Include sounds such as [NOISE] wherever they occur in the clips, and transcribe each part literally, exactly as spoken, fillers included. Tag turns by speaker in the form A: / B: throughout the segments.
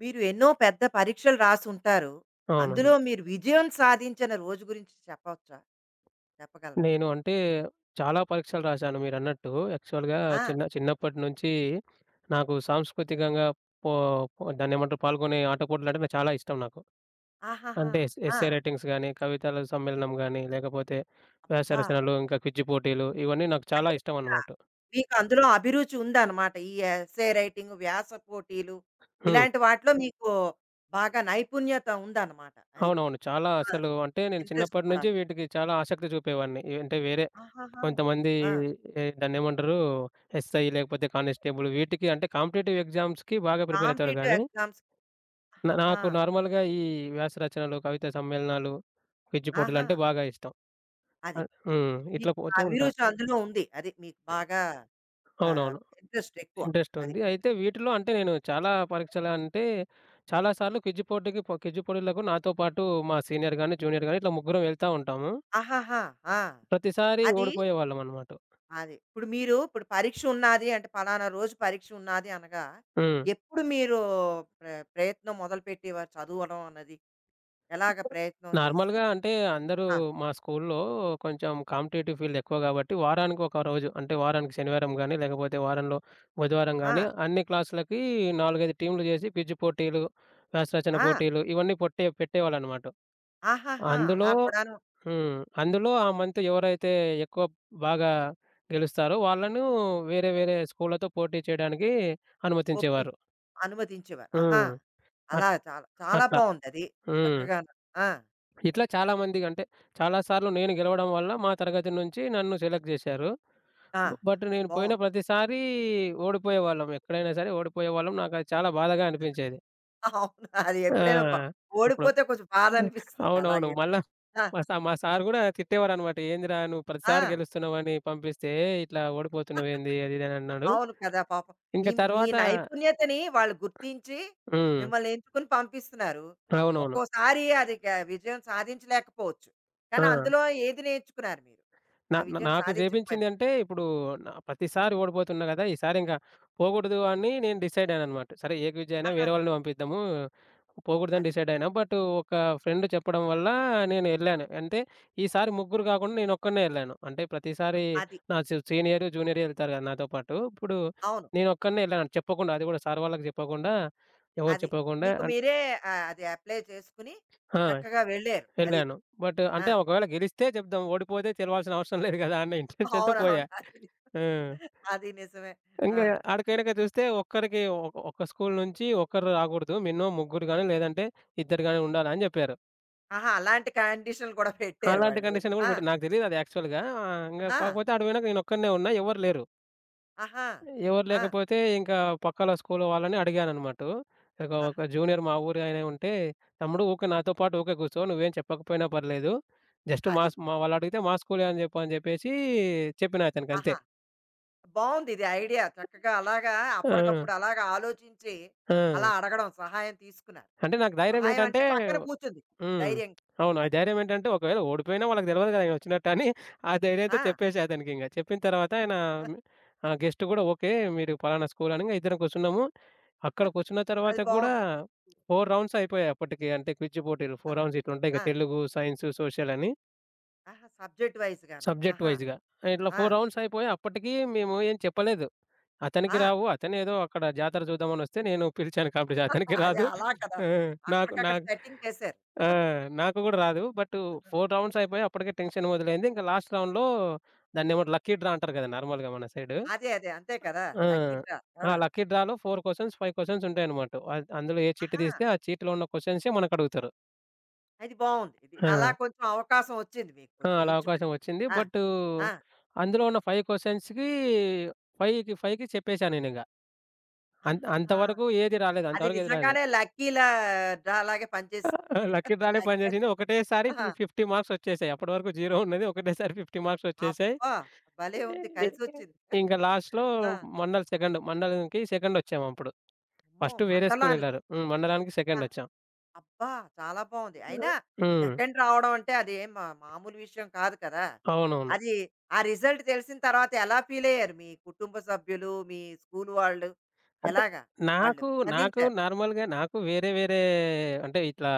A: మీరు ఎన్నో పెద్ద పరీక్షలు రాసుంటారు. అందులో
B: అవునండి.
A: మీరు విజయం సాధించిన రోజు గురించి చెప్పవచ్చా? చెప్పగలరా?
B: నేను అంటే చాలా పరీక్షలు రాశాను మీరన్నట్టు. యాక్చువల్‌గా
A: ఆ!
B: చిన్న చిన్నప్పటి నుంచి నాకు సాంస్కృతికంగా పో పో దాన్నేమంటారు పాల్గొనే ఆట పోటీలంటే నాకు చాలా ఇష్టం నాకు.
A: ఆహాహా!
B: అంటే ఎస్
A: ఆ!
B: ఎస్సే రైటింగ్స్ గాని, కవితల సమ్మేళనం గాని, లేకపోతే వ్యాస
A: అబ్బా!
B: రచనలు, ఇంకా క్విజ్ పోటీలు ఇవన్నీ నాకు
A: అంటే
B: చాలా ఇష్టం
A: ఆహ్,
B: అన్నమాట.
A: మీకు అందులో అభిరుచి ఉందన్నమాట. ఈ ఎస్సే రైటింగ్, వ్యాస పోటీలు
B: హ్మ్.
A: ఇలాంటి వాటిలో మీకు బాగా నైపుణ్యత ఉందన్నమాట. అది.
B: అవునవును. చాలా
A: ఆ!
B: అసలు అంటే నేను
A: ఇంట్రెస్ట్
B: చిన్నప్పటి నుంచి
A: కూడాను.
B: వీటికి చాలా ఆసక్తి చూపేవాడిని. అంటే వేరే
A: ఆహాహా!
B: కొంతమంది
A: ఆ!
B: ఏ దాన్నేమంటారు? ఎస్‌ఐ లేకపోతే కానిస్టేబుల్ వీటికి అంటే కాంపిటీటివ్ ఎగ్జామ్స్‌కి బాగా ప్రిపేర్ అవుతారు
A: కాంపిటీటివ్
B: గానీ,
A: ఎగ్జామ్స్.
B: న
A: ఆహాహా!
B: నాకు నార్మల్‌గా ఈ వ్యాస రచనలు, కవితా సమ్మేళనాలు, క్విజ్
A: ఆహా!
B: పోటీలంటే బాగా ఇష్టం.
A: అది.
B: ఆహ్, హ్మ్. ఇట్లా
A: మీకు ఆ
B: పోతూ ఉంటా.
A: అభిరుచి అందులో ఉంది. అది మీకు బాగా
B: అవునా?
A: ఆహ్,
B: అవునవును.
A: ఇంట్రెస్ట్ ఎక్కువ.
B: ఇంట్రెస్ట్
A: అది.
B: ఉంది. అయితే వీటిలో అంటే నేను చాలా పరీక్షలు అంటే చాలా సార్లు క్విజ్ పోటీకి పో క్విజ్ పోటీలకు నాతో పాటు మా సీనియర్ గాని, జూనియర్ గాని ఇట్లా ముగ్గురం వెళ్తా ఉంటాము.
A: ఆహాహా! ఆ!
B: ప్రతిసారి
A: అది.
B: ఓడిపోయేవాళ్ళమనమాట.
A: అది. ఇప్పుడు మీరు ఇప్పుడు పరీక్ష ఉన్నాది అంటే, పలానా రోజు పరీక్ష ఉన్నాది అనగా,
B: హ్మ్.
A: ఎప్పుడు మీరు ప్ర ప్రయత్నం మొదలుపెట్టేవారు చదవడం అన్నది? ఎలాగ ప్రయత్నం
B: నార్మల్‌గా
A: చేసేవారు?
B: అంటే అందరూ
A: ఆ!
B: మా స్కూల్లో కొంచెం కాంపిటీటివ్ ఫీల్డ్ ఎక్కువ గాబట్టి, వారానికి ఒక రోజు అంటే వారానికి శనివారం గానీ, లేకపోతే వారంలో బుధవారం
A: ఆ!
B: గానీ, అన్ని క్లాసులకి నాలుగు, ఐదు టీమ్‌లు జేసి క్విజ్ పోటీలు, వ్యాస రచన
A: ఆ!
B: పోటీలు ఇవన్నీ పొట్టే పెట్టేవాళ్ళనమాట.
A: ఆహాహా! అలా
B: అందులో
A: కూడాను.
B: హ్మ్. అందులో ఆ మంత్ ఎవరైతే ఎక్కువ బాగా గెలుస్తారో వాళ్ళను వేరే వేరే స్కూళ్ళతో పోటీ చేయడానికి
A: ఒప్పి
B: అనుమతించేవారు.
A: అనుమతించేవారు. ఆహా!
B: హ్మ్. అట్
A: అలా చాలా చాలా
B: అట్లా.
A: బావుందది.
B: హ్మ్.
A: చక్కగాను. ఆ!
B: ఇట్లా చాలామందికి అంటే చాలా సార్లు నేను గెలవడం వల్ల మా తరగతి నుంచి నన్ను సెలెక్ట్ చేశారు.
A: ఆ!
B: బ బట్
A: ఆహా!
B: నేను పోయిన
A: బావుంది.
B: ప్రతిసారీ ఓడిపోయేవాళ్ళం. ఎక్కడైనా సరే ఓడిపోయేవాళ్ళం. నాకది చాలా బాధగా అనిపించేది.
A: [LAUGHS] అవును. అది
B: ఆ!
A: ఎప్పుడైనా ప
B: ఇప్పుడు
A: ఓడిపోతే కొంచెం బాధ అనిపిస్తుంది
B: అవునవును.
A: అలాగే.
B: మళ్ళా
A: ఆ!
B: మా సా మా సార్ గూడా తిట్టేవారనమాట. "ఏందిరా నువ్వు ప్రతిసారి
A: ఆ!
B: గెలుస్తున్నావని పంపిస్తే ఇట్లా ఓడిపోతున్నావేంది?" అది ఇది అని అన్నాడు.
A: అవును కదా పాపం.
B: ఇంక
A: మీ మీ
B: తర్వాత
A: నైపుణ్యతని వాళ్ళు గుర్తించి
B: హ్మ్.
A: మిమ్మల్ని ఎంచుకుని పంపిస్తున్నారు.
B: అవునవును.
A: ఒక్కోసారి అది గ విజయం సాధించలేకపోవచ్చు.
B: ఆ!
A: కానీ అందులో ఏది నేర్చుకున్నారు మీరు?
B: నా
A: ఆ
B: నా
A: విజయం
B: నాకు
A: సాధించకపోయినా.
B: జేపించిందంటే, ఇప్పుడు నా ప్రతిసారి ఓడిపోతున్నా గదా! ఈసారింక పోగూడదు అని నేను డిసైడ్ అయ్యాననమాట. సరే ఏ క్విజ్ అయినా
A: ఆహా!
B: వేరే వాళ్ళని పంపిద్దాము. పోగూడదని
A: అది.
B: డిసైడ్ అయినా. బట్ ఒక ఫ్రెండ్ చెప్పడం వల్ల నేనెళ్ళాను. అంటే ఈసారి ముగ్గురు గాకుండా నేనొక్కడినే ఎళ్ళాను. అంటే ప్రతిసారి
A: అది.
B: నా సీ సీనియర్, జూనియర్ ఎళ్తారు గదా! నాతో పాటు. ఇప్పుడు
A: అవును.
B: నేనొక్కడినే ఎళ్ళాను చెప్పకుండా. అది గూడా సార్ వాళ్ళకి జెప్పకుండా, ఎవరు
A: అది.
B: చెప్పకుండా
A: మీకు
B: అన్
A: మీరే ఆహ్, అది అప్లై చేసుకుని
B: ఆ!
A: చక్కగా వెళ్ళారు. అది.
B: ఎళ్ళాను. బట్
A: ఆ!
B: అంటే ఒకవేళ గెలిస్తే జెప్దాం. ఓడిపోతే తెలవాల్సిన అవసరం లేదు గదా! అన్న ఇంటెన్షన్‌తో
A: అవునవును.
B: పోయా.
A: అది ని
B: ఆ!
A: అది నిజమే.
B: ఇంగ
A: ఆ!
B: ఆడికైనాక చూస్తే ఒక్కరికి ఒక ఒక స్కూల్ నుంచి ఒక్కరు రాకూడదు. మినిమమ్ ముగ్గురు గాని, లేదంటే ఇద్దరు గాని ఉండాలని జెప్పారు.
A: ఆహా! అలాంటి కండిషన్‌లు కూడా పెట్టారు
B: అలాంటి
A: వాళ్ళు.
B: కండిషన్ గూడా
A: ఆ!
B: పెట్టారు. నాకు తెలీదు అది యాక్చువల్‌గా. ఆహ్, ఇంగ
A: ఆ!
B: కాకపోతే ఆడికి పోయినాక నేనొక్కడినే ఉన్నా. ఎవరు లేరు.
A: ఆహా!
B: ఎవరు
A: ఆ!
B: లేకపోతే ఇంకా పక్కల స్కూల్ వాళ్ళని అడిగాననమాట. ఒక
A: ఆహా!
B: ఒక జూనియర్ మా ఊరు ఆయన ఉంటే, "తమ్ముడు ఊకే నాతో పాటు ఊకే కూర్చో. నువ్వేం చెప్పకపోయినా పర్లేదు. జస్ట్ మా
A: అది.
B: స్ మా వాళ్ళడిగితే మా స్కూలే అని జెప్పు" అని జెప్పేసి చెప్పినా అతనికంతే.
A: ఆహా! బావుంది ఇది ఐడియా. చక్కగా అలాగా
B: ఆ!
A: అప్పటికప్పుడు అలాగా ఆలోచించి,
B: ఆ!
A: అలా అడగడం సహాయం తీసుకున్నారు.
B: అంటే నాకు ధైర్యం
A: సహాయం
B: ఏంటంటే
A: అంటే పక్కన కూర్చుంది.
B: హ్మ్.
A: ధైర్యంగా.
B: అవును. ఆ
A: అది.
B: ధైర్యం ఏంటంటే ఒకవేళ ఓడిపోయినా వాళ్ళకి తెలవదు కదా! ఆయన వచ్చినట్టని. ఆ ధైర్యంతో
A: ఆ!
B: చెప్పేశా అతనికింక. చెప్పిన తర్వాత ఆయన ఆ గెస్ట్ గూడా ఓకే. మీరు పలానా స్కూల్ అని ఇద్దరం కూర్చున్నాము. అక్కడ కూర్చున్న తర్వాత
A: అది
B: గూడా
A: బావుంది.
B: నాలుగు రౌండ్స్ అయిపోయాయి అప్పటికి. అంటే క్విజ్ పోటీలు నాలుగు
A: ఆహా!
B: రౌండ్స్ ఇట్లుంటాయి
A: ఆ!
B: కదా! తెలుగు, సైన్స్, సోషల్ అని
A: ఆహా! సబ్జెక్ట్ వైస్‌గాను.
B: సబ్జెక్ట్
A: ఆహా!
B: వైస్‌గా. ఇట్లా
A: ఆ!
B: నాలుగు రౌండ్స్ అయిపోయి అప్పటికి మేము ఏం చెప్పలేదు. అతనికి
A: ఆ!
B: రావు. అతనేదో అక్కడ జాతర చూద్దామని వస్తే నేను పిలిచాను కాబట్టి అతనికి
A: అదే
B: రాదు.
A: అలా కదా!
B: ఆ! నాకు నా
A: అక్కడికక్కడ సెట్టింగ్ చేశారు.
B: ఆ! నాకు గూడా రాదు. బట్ నాలుగు రౌండ్స్ అయిపోయాయి. అప్పటికే టెన్షన్ మొదలైంది. ఇంకా లాస్ట్ రౌండ్‌లో దాన్నేమో లక్కీ డ్రా అంటారు గదా! నార్మల్‌గా మన సైడు.
A: అదే. అదే. అంతే కదా!
B: ఆ!
A: Lucky draw. ఆ!
B: ఆ! లక్కీ డ్రాలో నాలుగు క్వెషన్స్, ఐదు క్వెషన్స్ ఉంటాయన్నమాట. అద్ అందులో ఏ చీట్
A: ఆహా!
B: తీస్తే ఆ చీట్‌లో ఉన్న క్వెషన్సే మనకడుగుతారు.
A: అది బావుంది. ఇది అలా
B: ఆ!
A: కొంచెం అవకాశం వచ్చింది మీకు
B: ఆ!
A: కొంచెం
B: అలా
A: ఎంచుకుని.
B: అవకాశం వచ్చింది.
A: ఆ!
B: బట్
A: ఆ!
B: అందులో ఉన్న ఐదు క్వెషన్స్‌కి 5కి 5కి చెప్పేశా నేనింగ. అంత్
A: ఆహాహా!
B: అంతవరకు ఏది రాలేదు.
A: అది
B: అంతవరకు ఏది రాలేదు.
A: నిజంగానే లక్కీలా డ్రా లాగే పనిచేసింది.
B: ఆ! లక్కీ డ్రానే
A: లక్కీ.
B: పనిచేసింది. ఒకటేసారి ఫి
A: ఆహా!
B: యాభై మార్క్సొచ్చేసాయి. అప్పటి వరకు జీరో ఉన్నది. ఒకటేసారి యాభై మార్క్సొచ్చేసాయి.
A: అబ్బా! భలే ఉంది. కలిసొచ్చింది.
B: ఇంక లాస్ట్‌లో
A: ఆ!
B: మండల్ సెకండ్. మండలంకి సెకండొచ్చామప్పుడు.
A: అమ్మో!
B: ఫస్ట్ వేరే
A: మండలానికి.
B: స్కూలెళ్లారు. హ్మ్. మండలానికి
A: ఆ!
B: సెకండొచ్చాం.
A: అబ్బా! చాలా బావుంది. అయినా
B: హ్మ్.
A: సెకండ్ రావడం అంటే అది ఏం మా మామూలు విషయం కాదు కదా!
B: అవునవును.
A: అది ఆ రిజల్ట్ తెలిసిన తర్వాత ఎలా ఫీలయ్యారు మీ కుటుంబ సభ్యులు, మీ స్కూలు వాళ్ళు?
B: అంటే
A: ఎలాగా వాళ్ళు
B: నాకు, నాకు
A: స్పందించారు?
B: నార్మల్‌గా నాకు వేరే వేరే అంటే ఇట్లా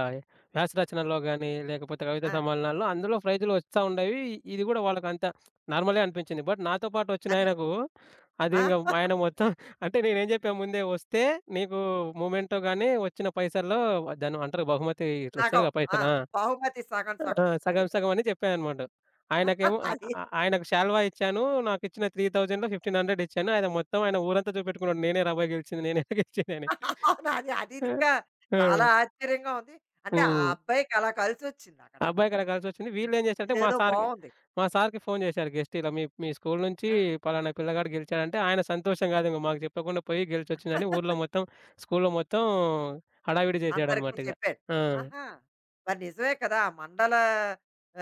B: వ్యాస రచనల్లో గాని, లేకపోతే కవితా
A: ఆ!
B: సమ్మేళనాల్లో అందులో ప్రైజ్‌లు వస్తా ఉండేవి. ఇది గూడా వాళ్ళకంత నార్మలే అనిపించింది. బట్ నాతో పాటు
A: అది.
B: వచ్చినాయనకు అది
A: ఆ!
B: ఇంగ ఆయన
A: [LAUGHS]
B: మొత్తం అంటే నేనేం చెప్పా ముందే వస్తే నీకు మొమెంటో గాని వచ్చిన పైసల్లో దాన్ని అంటారు బహుమతి ఇట్లా
A: సగం.
B: ఇస్తారుగా
A: ఆ!
B: పైసలు. ఆ!
A: బహుమతి సగం
B: ఆ!
A: సగం. అది.
B: సగం సగం అని చెప్పాననమాట. ఆయనకేమో
A: [LAUGHS]
B: ఆహ్,
A: అది.
B: ఆహ్, ఆయనకు శాల్వా ఇచ్చాను. నాకిచ్చిన మూడు వేలలో పదిహేను వందలు ఇచ్చాను. ఆయన మొత్తం ఆయన ఊరంతా చూపెట్టుకున్నాడు. నేనేరా అబ్బాయి గెలిచింది. నేనేరా గెలిచిందని.
A: అవును. అది అది
B: ఆ!
A: ఇంకా చాలా
B: ఆ!
A: ఆశ్చర్యంగా ఉంది. అంటే ఆ
B: హ్మ్.
A: అబ్బాయికి అలా కలిసొచ్చింది అక్కడ.
B: ఆ అబ్బాయికలా కలిసొచ్చింది. వీళ్ళేం చేశారంటే మా
A: ఇదేదో
B: సార్‌కి
A: బావుంది.
B: మా సార్‌కి ఫోను చేశారు గెస్ట్ ఇలా మీ మీ స్కూలు నుంచి
A: ఆ!
B: పలానా పిల్లగాడు గెలిచాడంటే ఆయన సంతోషం కాదు ఇంక మాకు చెప్పకుండా పోయి గెలిచొచ్చిందని ఊర్లో మొత్తం స్కూలులో మొత్తం హడావిడి
A: అందరికీ
B: చేసాడనమాట ఇగ.
A: చెప్పాడు.
B: ఆ!
A: ఆహా! మరి నిజమే కదా! ఆ మండల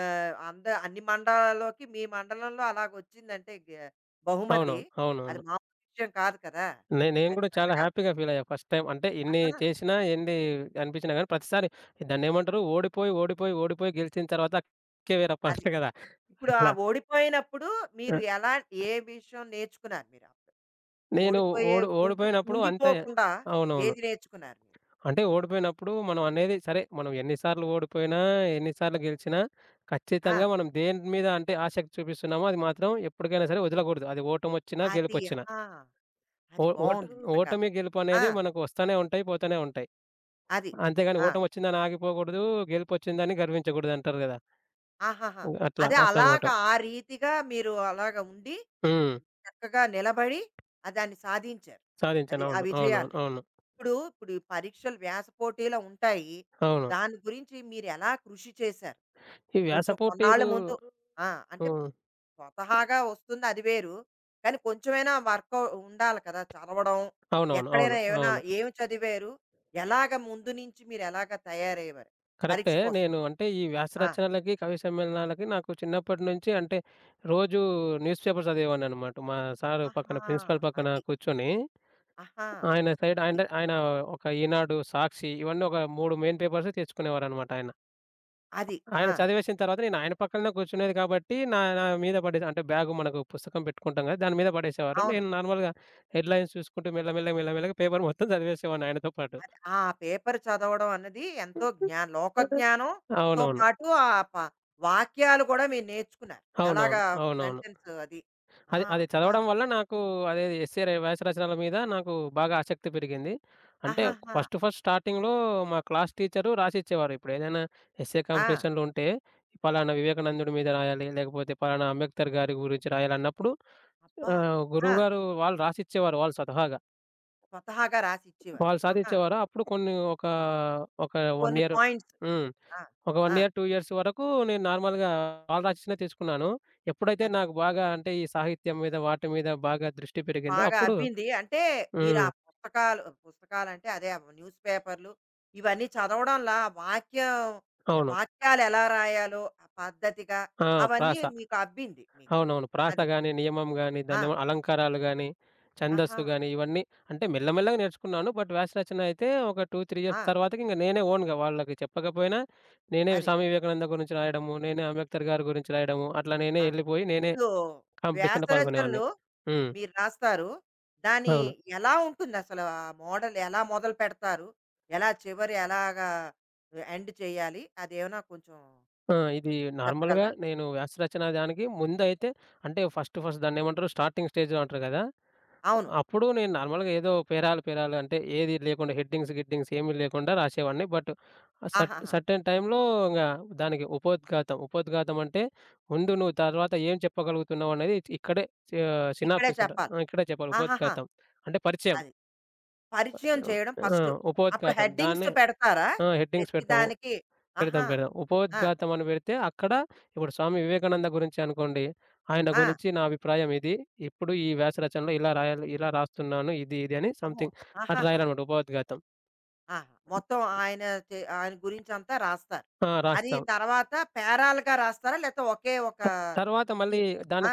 A: ఆహ్, అంద అన్ని మండలాల్లోకి మీ మండలంలో అలాగొచ్చిందంటే గ బహుమతి.
B: అవునవును.
A: అది
B: అవునవును.
A: మామూలు విషయం కాదు కదా!
B: నే నేను
A: అది
B: గూడా చాలా
A: చక్కగా
B: హ్యాపీగా ఫీలయ్యా ఫస్ట్ టైమ్. అంటే ఇన్ని
A: ఆహా!
B: చేసినా, ఎన్ని అనిపించినా గానీ ప్రతిసారి దాన్నేమంటారు ఓడిపోయి, ఓడిపోయి, ఓడిపోయి గెలిచిన తర్వాత "అక్కే వీరప్ప"
A: అది.
B: అంటారు గదా!
A: ఇప్పుడు ఆ
B: అట్లా.
A: ఓడిపోయినప్పుడు
B: ఆ!
A: మీరు ఎలా ఏ విషయం నేర్చుకున్నారు మీరు అప్పుడు?
B: నేను
A: ఓడిపోయే
B: ఓడి
A: కుంగు
B: ఓడిపోయినప్పుడు అంతే
A: కుంగిపోకుండా
B: అవునవును.
A: ఏది నేర్చుకున్నారు మీరు?
B: అంటే ఓడిపోయినప్పుడు మనం అనేది సరే మనం ఎన్ని సార్లు ఓడిపోయినా, ఎన్ని సార్లు గెలిచినా
A: ఆ!
B: ఖచ్చితంగా మనం దేని మీద అంటే ఆసక్తి చూపిస్తున్నామో అది మాత్రం ఎప్పటికైనా సరే వదలకూడదు. అది ఓటమొచ్చినా,
A: అది.
B: గెలుపొచ్చినా.
A: ఆ!
B: ఓ
A: అది
B: ఓట
A: బావుంది నిజంగా.
B: ఓటమి,
A: ఆ!
B: గెలుపనేది మనకు వస్తానే ఉంటాయి, పోతానే ఉంటాయి.
A: అది.
B: అంతేగాని
A: ఆ!
B: ఓటమొచ్చిందని ఆగిపోకూడదు. గెలుపొచ్చిందని గర్వించకూడదంటారు గదా!
A: ఆహాహా!
B: అట్లా
A: అదే
B: అవును. అట్లనమాట.
A: అలాగా ఆ రీతిగా మీరు అలాగ ఉండి,
B: హ్మ్.
A: చక్కగా నిలబడి ఆహ్, దాన్ని సాధించారు. అది
B: సాధించాను.
A: ఆ
B: అవును. అవునవును.
A: విజయాన్ని.
B: అవును.
A: ఇప్పుడు, ఇప్పుడు ఈ పరీక్షలు వ్యాస పోటీలు ఉంటాయి.
B: అవును.
A: దాని గురించి మీరెలా కృషి చేశారు?
B: ఈ వ్యాస
A: కొంచెం కొన్నాళ్ళ
B: పోటీలు
A: ముందు
B: అవును.
A: ఆ! అంటే
B: హ్మ్.
A: స్వతహాగా వస్తుంది అది వేరు. కానీ కొంచెమైనా వర్క్ ఉండాలి కదా! చదవడం,
B: అవునవును.
A: ఎక్కడైనా
B: అవును.
A: ఏమైనా
B: అవును.
A: ఏమి చదివారు? ఎలాగ ముందు నుంచి మీరు ఎలాగ తయారయ్యేవారు
B: కరెక్టే.
A: పరీక్ష కోసం?
B: నేను అంటే ఈ వ్యాస
A: ఆ!
B: రచనలకి, కవి సమ్మేళనాలకి నాకు చిన్నప్పటి నుంచి అంటే రోజు న్యూస్ పేపర్ చదివేవాడిననమాట. మా సారు
A: ఆహా!
B: పక్కన ప్రిన్సిపల్ పక్కన
A: అది.
B: కూర్చొని
A: ఆహా!
B: ఆయన సైడ్
A: అది.
B: ఆయన ఆయన ఒక ఈనాడు, సాక్షి ఇవన్నీ ఒక మూడు మెయిన్ పేపర్స్ తెచ్చుకునేవారనమాట ఆయన.
A: అది. ఆ!
B: ఆయన చదివేసిన తర్వాత నేను ఆయన పక్కనే కూర్చునేది కాబట్టి, నా నా మీద పడేది అంటే బ్యాగ్ మనకు పుస్తకం పెట్టుకుంటాం కదా! దాని మీద పడేసేవారు.
A: అవును.
B: నేను నార్మల్‌గా హెడ్‌లైన్స్ చూసుకుంటూ మెల్ల మెల్లగా, మెల్ల మెల్లగా పేపర్ మొత్తం చదివేసేవాడిని ఆయనతో పాటు.
A: ఆ పేపర్ చదవడం అన్నది ఎంతో
B: [LAUGHS]
A: జ్ఞా లోక జ్ఞానంతో
B: అవునవును.
A: పాటు ఆ ప వాక్యాలు కూడా మీరు నేర్చుకున్నారు. ఎలాగా
B: అవునవును. అవునవును.
A: సెంటెన్స్ అది. ఆ!
B: అది, అది
A: అబ్బా!
B: చదవడం వల్ల నాకు అదే ఎస్సే రే వ్యాస రచనల మీద నాకు బాగా ఆసక్తి పెరిగింది. అంటే
A: ఆహాహా!
B: ఫస్ట్, ఫస్ట్ స్టార్టింగ్‌లో మా క్లాస్ టీచరు రాసిచ్చేవారు. ఇప్పుడు ఏదైనా ఎస్సే
A: ఆ!
B: కాంపిటీషన్‌లు ఉంటే, పలానా వివేకానందుడి మీద రాయాలి, లేకపోతే పలానా అంబేద్కర్ గారి గురించి రాయాలన్నప్పుడు
A: అబ్బా!
B: ఆహ్,
A: ఆ!
B: గురువుగారు వాళ్ళు రాసిచ్చేవారు వాళ్ళు స్వతహాగా.
A: స్వతహాగా రాసిచ్చేవారు.
B: వాళ్ళు
A: ఆహా!
B: సాధించేవారా? అప్పుడు కొన్ని ఒక, ఒక 1
A: కొన్ని
B: ఇయర్
A: పాయింట్స్.
B: హ్మ్.
A: ఆ!
B: ఒక
A: ఆ!
B: 1 ఇయర్, రెండు ఇయర్స్ వరకు నేను నార్మల్‌గా వాళ్ళు రాసినవి తెచ్చుకున్నాను. ఎప్పుడైతే
A: అది.
B: నాకు బాగా అంటే ఈ సాహిత్యం మీద వాటి మీద బాగా దృష్టి పెరిగిందో
A: బాగా
B: అప్పుడు
A: అబ్బింది. అంటే మీరు ఆ
B: హ్మ్.
A: పుస్తకాలు, పుస్తకాలంటే అదే న్యూస్ పేపర్‌లు ఇవన్నీ చదవడంలా వాక్యం
B: అవును.
A: వాక్యాలెలా రాయాలో ఆ పద్ధతిగా
B: ఆ!
A: అవన్నీ
B: ప్రాస.
A: మీకు అబ్బింది మీకు.
B: అవునవును. ప్రాస
A: అది.
B: గాని, నియమం గాని,
A: ఆ!
B: దాన్నేమో అలంకారాలు గాని,
A: ఆహా!
B: ఛందస్సు గాని ఇవన్నీ అంటే మెల్లమెల్లగా నేర్చుకున్నాను. బట్ వ్యాస రచన అయితే ఒక రెండు, మూడు ఇయర్స్
A: ఆ!
B: తర్వాతకి ఇంక నేనే ఓన్‌గా వాళ్ళకి చెప్పకపోయినా, నేనే
A: అది.
B: స్వామి వివేకానంద గురించి రాయడము, నేనే అంబేద్కర్ గారి గురించి రాయడము, అట్లా నేనే
A: ఆ!
B: ఎళ్ళిపోయి నేనే
A: ఇప్పుడు వ్యాస
B: కాంపిటీషన్‌లో పాల్గొనేవాడిని.
A: రచనలు
B: హ్మ్.
A: మీరు రాస్తారు. దాని
B: అవును.
A: ఎలా ఉంటుందసలు? ఆ మోడల్ ఎలా మొదలు పెడతారు? ఎలా చివరి ఎలాగా ఎండ్ చేయాలి? అదేమైనా కొంచెం
B: ఆ!
A: చె
B: ఇది నార్మల్‌గా
A: చెప్పగలరా?
B: నేను వ్యాస రచన దానికి ముందైతే అంటే ఫస్ట్ ఫస్ట్ దాన్నేమంటారు స్టార్టింగ్ స్టేజ్‌లో అంటారు కదా!
A: అవును.
B: అప్పుడు నేను నార్మల్‌గా ఏదో పేరాలు పేరాలు అంటే ఏది లేకుండా హెడ్డింగ్స్ గిడ్డింగ్స్ ఏమీ లేకుండా రాసేవాడిని. బట్ ఆ సట్
A: ఆహాహా!
B: సర్టెన్ టైమ్‌లో ఇంగ దానికి ఉపోద్ఘాతం. ఉపోద్ఘాతం అంటే ముందు నువ్వు తర్వాత ఏం చెప్పగలుగుతున్నావు అనేది ఇక్కడే సి ఆహ్,
A: ఇక్కడే
B: సినాప్సిస్ అంటారు.
A: చెప్పాలి.
B: ఆ! ఇక్కడే చెప్పాలి
A: ఆహాహా!
B: ఉపోద్ఘాతం. అంటే పరిచయం.
A: అది. పరిచయం చేయడం
B: ఆ!
A: ఫస్టు. అప్పుడు
B: ఉపోద్ఘాతం
A: హెడ్డింగ్స్
B: దాన్నే
A: పెడతారా?
B: ఆ! హెడ్డింగ్స్
A: ప్రతి
B: పెడతాము.
A: దానికి.
B: పెడతాం.
A: ఆహా!
B: పెడదాం.
A: ఆ!
B: ఉపోద్ఘాతం అని పెడితే అక్కడ ఇప్పుడు స్వామి వివేకానంద గురించి అనుకోండి. ఆయన ఆ!
A: ఆ!
B: గురించి నా అభిప్రాయం ఇది. ఇప్పుడు ఈ వ్యాస రచనలో ఇలా రాయాలి, ఇలా రాస్తున్నాను. ఇది ఇది అని
A: అమ్మో!
B: సంథింగ్ అటు
A: ఆహాహా!
B: రాయాలన్నమాట ఉపోద్ఘాతం.
A: ఆహా! మొత్తం ఆయన చే ఆయన గురించంతా రాస్తారు.
B: ఆ!
A: అది
B: రాస్తాం.
A: తర్వాత పేరాలుగా రాస్తారా? లేకపోతే ఒకే ఒక
B: ఓకే. త తర్వాత
A: ఈ
B: మళ్ళీ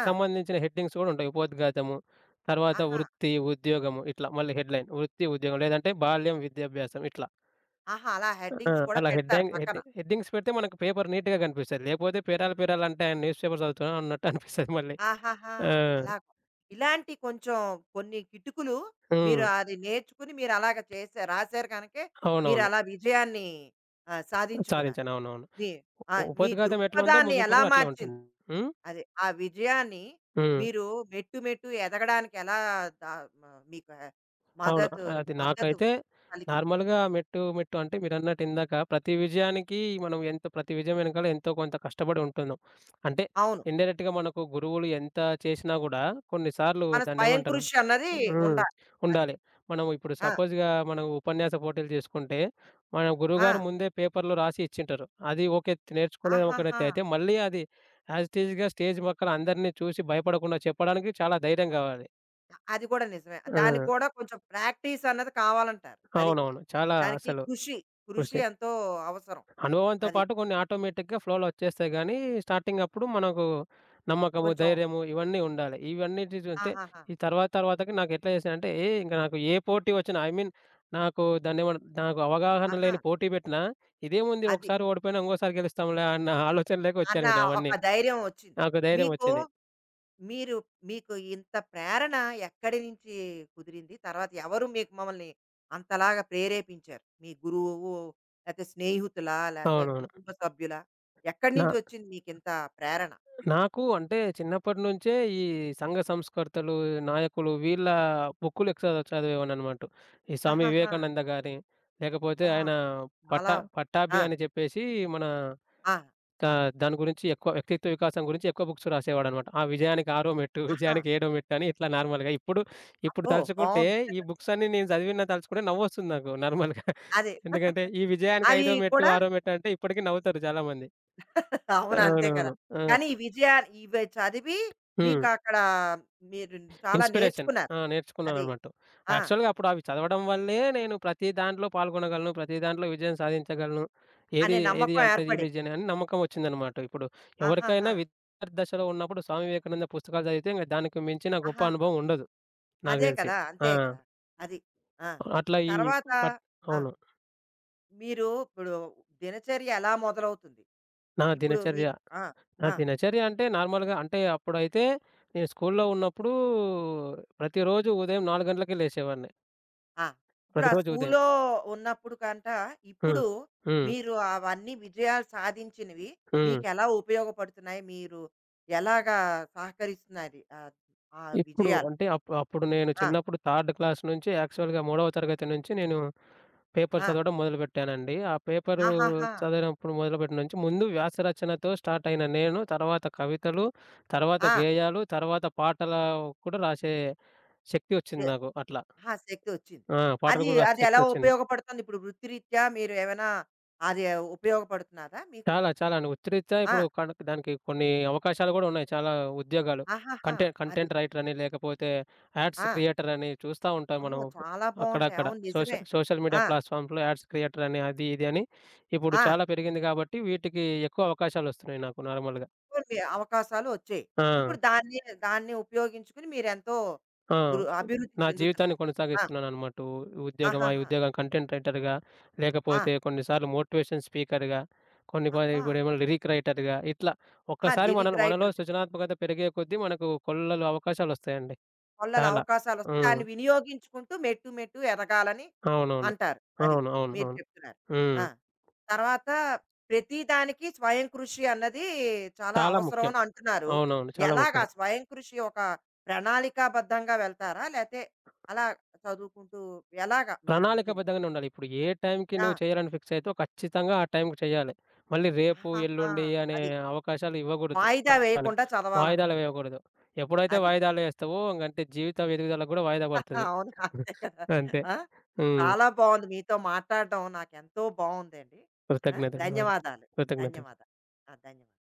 A: ఆ!
B: సంబంధించిన హెడ్డింగ్స్ కూడా ఉంటాయి. ఉపోద్ఘాతము. తర్వాత
A: ఆహా!
B: వృత్తి, ఉద్యోగము ఇట్లా మళ్ళీ హెడ్‌లైన్ వృత్తి, ఉద్యోగం లేదంటే బాల్యం, విద్యాభ్యాసం ఇట్లా.
A: ఆహా! అలా
B: ఆ!
A: హెడ్డింగ్స్ కూడా
B: అలా
A: పెడతారు
B: హెడ్‌లైన్ హెడ్
A: పక్కన.
B: హెడ్డింగ్స్ పెడితే మనకు పేపర్ నీట్‌గా కనిపిస్తది. లేకపోతే పేరాలు పేరాలు అంటే ఆయన న్యూస్ పేపర్ చదువుతున్నాను అన్నట్టు అనిపిస్తది మళ్ళీ.
A: ఆహాహా!
B: ఆ!
A: అలాగ. ఇలాంటి కొంచెం కొన్ని కిటుకులు
B: హ్మ్.
A: మీరు అది నేర్చుకుని మీరు అలాగ చేసా రాసారు గనకే మీరు
B: అవునవును.
A: అలా విజయాన్ని ఆహ్, సాధించుకున్నారు.
B: సాధించాను. అవునవును.
A: మీ ఆ!
B: ఉ
A: మీ
B: ఉపద్ఘాతం ఎట్లా ఉందో
A: దృక్పథాన్ని
B: ముగింపు
A: ఎలా
B: కూడా అట్లే
A: మార్చింది?
B: ఉంటుంది. హ్మ్.
A: అదే ఆ విజయాన్ని
B: హ్మ్.
A: మీరు మెట్టు మెట్టు ఎదగడానికి ఎలా ద మ మీకు
B: అవును.
A: మదతు
B: అది
A: మద్దతు
B: నాకైతే
A: పలికింది?
B: నార్మల్‌గా మెట్టు, మెట్టు అంటే మీరన్నట్టు ఇందాక ప్రతి విజయానికి మనం ఎంతో ప్రతి విజయం వెనకాల ఎంతో కొంత కష్టపడి ఉంటున్నాం. అంటే
A: అవును.
B: ఇండైరెక్ట్‌గా మనకు గురువులు ఎంత చేసినా గూడా కొన్నిసార్లు
A: మన స్వయం
B: దాన్నేమంటారు
A: కృషి అన్నది
B: హ్మ్.
A: ఉండాలి. అది.
B: ఉండాలి. మనం ఇప్పుడు
A: ఆ!
B: సపోజ్‌గా మనం ఉపన్యాస పోటీలు చేసుకుంటే, మన గురువుగారు
A: ఆ!
B: ముందే పేపర్‌లో రాసి ఇచ్చింటారు. అది ఓకే. నేర్చుకునేది ఒక
A: ఆహాహా!
B: ఎత్తు అయితే మళ్ళీ అది యాజ్ ఇట్ ఈస్‌గా స్టేజ్ పక్కల అందరిని చూసి భయపడకుండా చెప్పడానికి చాలా ధైర్యం గావాలి.
A: అది కూడా నిజమే. దానికి
B: ఆ!
A: కూడా కొంచెం ప్రాక్టీస్ అన్నది కావాలంటారు. అది.
B: అవునవును. చాలా
A: దానికి
B: అసలు
A: కృషి, కృషి
B: చూసి.
A: ఎంతో అవసరం.
B: అనుభవంతో
A: అది.
B: పాటు కొన్ని ఆటోమేటిక్‌గా ఫ్లోలో వచ్చేస్తాయి గానీ, స్టార్టింగ్ అప్పుడు మనకు నమ్మకము,
A: కొంచెం
B: ధైర్యము ఇవన్నీ ఉండాలి. ఇవన్నిటి చూస్తే
A: ఆహాహా!
B: ఈ తర్వాత తర్వాతకి నాకెట్లా చేశానంటే, ఏ ఇంక నాకు ఏ పోటీ వచ్చినా ఐ మీన్ నాకు దాన్నేమన్ నాకు అవగాహన
A: ఆహా!
B: లేని పోటీ పెట్టినా, ఇదేముంది
A: అది.
B: ఒకసారి ఓడిపోయినా ఇంకోసారి గెలుస్తాంలే అన్న
A: అన్న
B: ఆలోచనలోకొచ్చాను నేను
A: ఒక
B: అవన్నీ.
A: ధైర్యం వచ్చింది.
B: నాకు ధైర్యం
A: మీకు
B: వచ్చింది.
A: మీరు మీకు ఇంత ప్రేరణ ఎక్కడి నుంచి కుదిరింది? తర్వాత ఎవరు మీకు మమ్మల్ని అంతలాగా ప్రేరేపించారు? మీ గురువు, లేతే స్నేహితులా? లేతే
B: అవునవును.
A: కుటుంబ సభ్యులా? ఎక్కడి
B: నా
A: నుంచి వచ్చింది మీకింత ప్రేరణ?
B: నాకు అంటే చిన్నప్పటి నుంచే ఈ సంఘ సంస్కర్తలు, నాయకులు వీళ్ళ బుక్కులు ఎక్కువ చదివేవాడిననమాట. ఈ స్వామి
A: ఆహాహా!
B: వివేకానంద గారి, లేకపోతే
A: అబ్బా!
B: ఆయన పట్ట
A: చాలా
B: పట్టాభి
A: ఆ!
B: అని చెప్పేసి మన
A: ఆ!
B: త దాని గురించి ఎక్కువ వ్యక్తిత్వ వికాసం గురించి ఎక్కువ బుక్స్ రాసేవాడనమాట. ఆ విజయానికి ఆరో మెట్టు,
A: ఆహా!
B: విజయానికి ఏడో మెట్టు అని ఇట్లా నార్మల్‌గా. ఇప్పుడు ఇప్పుడు
A: అబ్బో!
B: తలుచుకుంటే
A: బావుంది.
B: ఈ బుక్స్ అన్నీ నేను చదివిన తలుచుకుంటే నవ్వొస్తుంది నాకు నార్మల్‌గా. [LAUGHS]
A: అదే.
B: ఎందుకంటే ఈ విజయానికి
A: అవి
B: ఐదో మెట్టు,
A: కూడా
B: ఆరో మెట్టు అంటే ఇప్పటికి నవ్వుతారు చాలామంది.
A: [LAUGHS] అవును. అంతే కదా!
B: అవునవును. ఆ!
A: కానీ ఈ విజయా ఇవి చదివి
B: హ్మ్.
A: మీకక్కడ మీరు చాలా
B: ఇన్‌స్పిరేషన్.
A: నేర్చుకున్నారు.
B: ఆ!
A: అది.
B: నేర్చుకున్నానన్నమాట.
A: ఆ!
B: యాక్చువల్‌గా అప్పుడు అవి చదవడం వల్లే నేను ప్రతి దాంట్లో పాల్గొనగలను. ప్రతి దాంట్లో విజయం సాధించగలను. ఏది
A: అనే
B: ఏది
A: నమ్మకం
B: అంటే
A: ఏర్పడింది.
B: రిలీజియన్ అని నమ్మకం వచ్చిందన్నమాట. ఇప్పుడు ఎవరికైనా
A: ఆహాహా!
B: విద్యార్థి దశలో ఉన్నప్పుడు స్వామి వివేకానంద పుస్తకాలు చదివితే ఇంక దానికి మించిన గొప్ప
A: ఆహాహా!
B: అనుభవం ఉండదు నాకు
A: అదే
B: తెలిసి.
A: కదా! అంతే
B: ఆ!
A: కదా! అది. ఆ!
B: అట్లా ఈ
A: తర్వాత
B: పట్
A: ఆ!
B: అవును.
A: మీరు ఇప్పుడు దినచర్య ఎలా మొదలవుతుంది?
B: నా
A: ఇప్పుడు
B: దినచర్య,
A: మీకు ఆ!
B: నా
A: ఆ!
B: దినచర్య అంటే నార్మల్‌గా అంటే అప్పుడైతే నేను స్కూలులో ఉన్నప్పుడు ప్రతిరోజు ఉదయం నాలుగు గంటలకే లేసేవాడిని.
A: ఆ! ఇప్పుడు ఆ
B: ప్రతిరోజు ఉదయం.
A: స్కూల్లో ఉన్నప్పుడు కంట, ఇప్పుడు
B: హ్మ్. హ్మ్.
A: మీరు అవన్నీ విజయాలు సాధించినవి
B: హ్మ్.
A: మీకెలా ఉపయోగపడుతున్నాయి? మీరు ఎలాగా సహకరిస్తున్నారు ఆహ్, ఆ
B: ఇప్పుడు
A: విజయాలు?
B: అంటే అప్ అప్పుడు నేను
A: ఆ!
B: చిన్నప్పుడు థర్డ్ క్లాస్ నుంచి యాక్చువల్‌గా మూడవ తరగతి నుంచి నేను పేపర్
A: ఆ!
B: చదవడం మొదలుపెట్టానండి. ఆ పేపరు
A: ఆహాహా!
B: చదివినప్పుడు మొదలుపెట్టిన నుంచి ముందు వ్యాస రచనతో స్టార్ట్ అయిన నేను తర్వాత కవితలు, తర్వాత
A: ఆ!
B: గేయాలు, తర్వాత పాటలు కూడా రాసే శక్తి
A: ఎ
B: వచ్చింది నాకు అట్లా.
A: ఆహా! శక్తొచ్చింది.
B: ఆ! పాటలు
A: అది
B: కూడా రాసే
A: అది
B: శక్తి
A: ఎలా
B: వచ్చింది.
A: ఉపయోగపడుతుంది? ఇప్పుడు వృత్తిరీత్యా మీరు ఏమైనా అది ఉపయోగపడుతున్నాదా మీకు?
B: చాలా. చాలా అండి. వృత్తిరీత్యా ఇప్పుడు
A: ఆ!
B: కనుక దానికి కొన్ని అవకాశాలు గూడా ఉన్నాయి. చాలా ఉద్యోగాలు.
A: ఆహాహా!
B: కంటె
A: అది.
B: కంటెంట్ రైటర్ అని, లేకపోతే యాడ్స్
A: ఆ!
B: క్రియేటర్ అని చూస్తా ఉంటాం
A: అమ్మో!
B: మనం
A: చాలా బావుంటాయి.
B: అక్కడక్కడ.
A: అవును
B: హ్మ్.
A: నిజమే.
B: సోషల్ సోషల్
A: ఆ!
B: మీడియా ప్లాట్‌ఫామ్స్‌లో యాడ్స్ క్రియేటర్ అని, అది ఇది అని ఇప్పుడు
A: ఆ!
B: చాలా పెరిగింది గాబట్టి, వీటికి ఎక్కువ అవకాశాలొస్తున్నాయి నాకు నార్మల్‌గా.
A: కొన్ని అవకాశాలు వచ్చాయి.
B: ఆ!
A: ఇప్పుడు దాన్ని, దాన్ని ఉపయోగించుకుని మీరెంతో
B: ఆ!
A: వృ అభివృద్ధి
B: నా జీవితాన్ని
A: చెందుతున్నారు. ఆ!
B: కొనసాగిస్తున్నానన్నమాట. ఉ ఉద్యోగం, ఆ
A: ఆహాహా!
B: ఉద్యోగం కంటెంట్ రైటర్‌గా,
A: ఆ!
B: లేకపోతే కొన్నిసార్లు మోటివేషన్ స్పీకర్‌గా, కొన్ని ప
A: అబ్బా!
B: ఇప్పుడేమో లిరిక్ రైటర్‌గా ఇట్లా
A: ఆహా!
B: ఒక్కసారి మన
A: లిరిక్
B: మనలో
A: రైటర్ కూడా.
B: సృజనాత్మకత పెరిగే కొద్దీ మనకు కొల్లలు అవకాశాలొస్తాయండి.
A: కొల్లలు
B: చాలా.
A: అవకాశాలొస్తే
B: హ్మ్.
A: దాన్ని వినియోగించుకుంటూ మెట్టు, మెట్టు ఎదగాలని
B: అవునవును.
A: అంటారు. అది
B: అవును. అవును.
A: మీరు
B: అవును.
A: చెప్తున్నారు.
B: హ్మ్.
A: ఆ! తర్వాత ప్రతి దానికి స్వయం కృషి అన్నది చాలా
B: చాలా
A: అవసరం
B: ముఖ్యం.
A: అని అంటున్నారు.
B: అవునవును. చాలా
A: ఎలాగా
B: ముఖ్యం.
A: స్వయం కృషి ఒక ప్రణాళికాబద్ధంగా వెళ్తారా? లేతే అలా చదువుకుంటూ ఎలాగా మీదుంటుంది?
B: ప్రణాళికాబద్ధంగానే ఉండాలి. ఇప్పుడు ఏ టైంకి
A: ఆ!
B: నువ్వు చేయాలని ఫిక్స్ అయితావో ఖచ్చితంగా ఆ టైంకి చేయాలి. మళ్ళీ రేపు,
A: ఆహాహా!
B: ఎల్లుండి అనే
A: అది.
B: అవకాశాలు ఇవ్వకూడదు.
A: వాయిదా
B: మనకి
A: వేయకుండా
B: వాయిదాలు
A: చదవాలంటారు.
B: వేయకూడదు. ఎప్పుడైతే
A: అది.
B: వాయిదాలు వేస్తావో ఇంకంతే జీవిత ఎదుగుదలకు కూడా వాయిదా
A: [LAUGHS]
B: పడతది.
A: అవును.
B: [LAUGHS]
A: అంతే కదా!
B: అంతే.
A: ఆ!
B: హ్మ్.
A: చాలా బావుంది. మీతో మాట్లాడడం నాకెంతో బావుందండి. ఆ!
B: కృతజ్ఞతలు. ఆ!
A: ధన్యవాదాలు.
B: కృతజ్ఞతలు.
A: ధన్యవాదాలు. ఆ! ధన్యవాదాలు.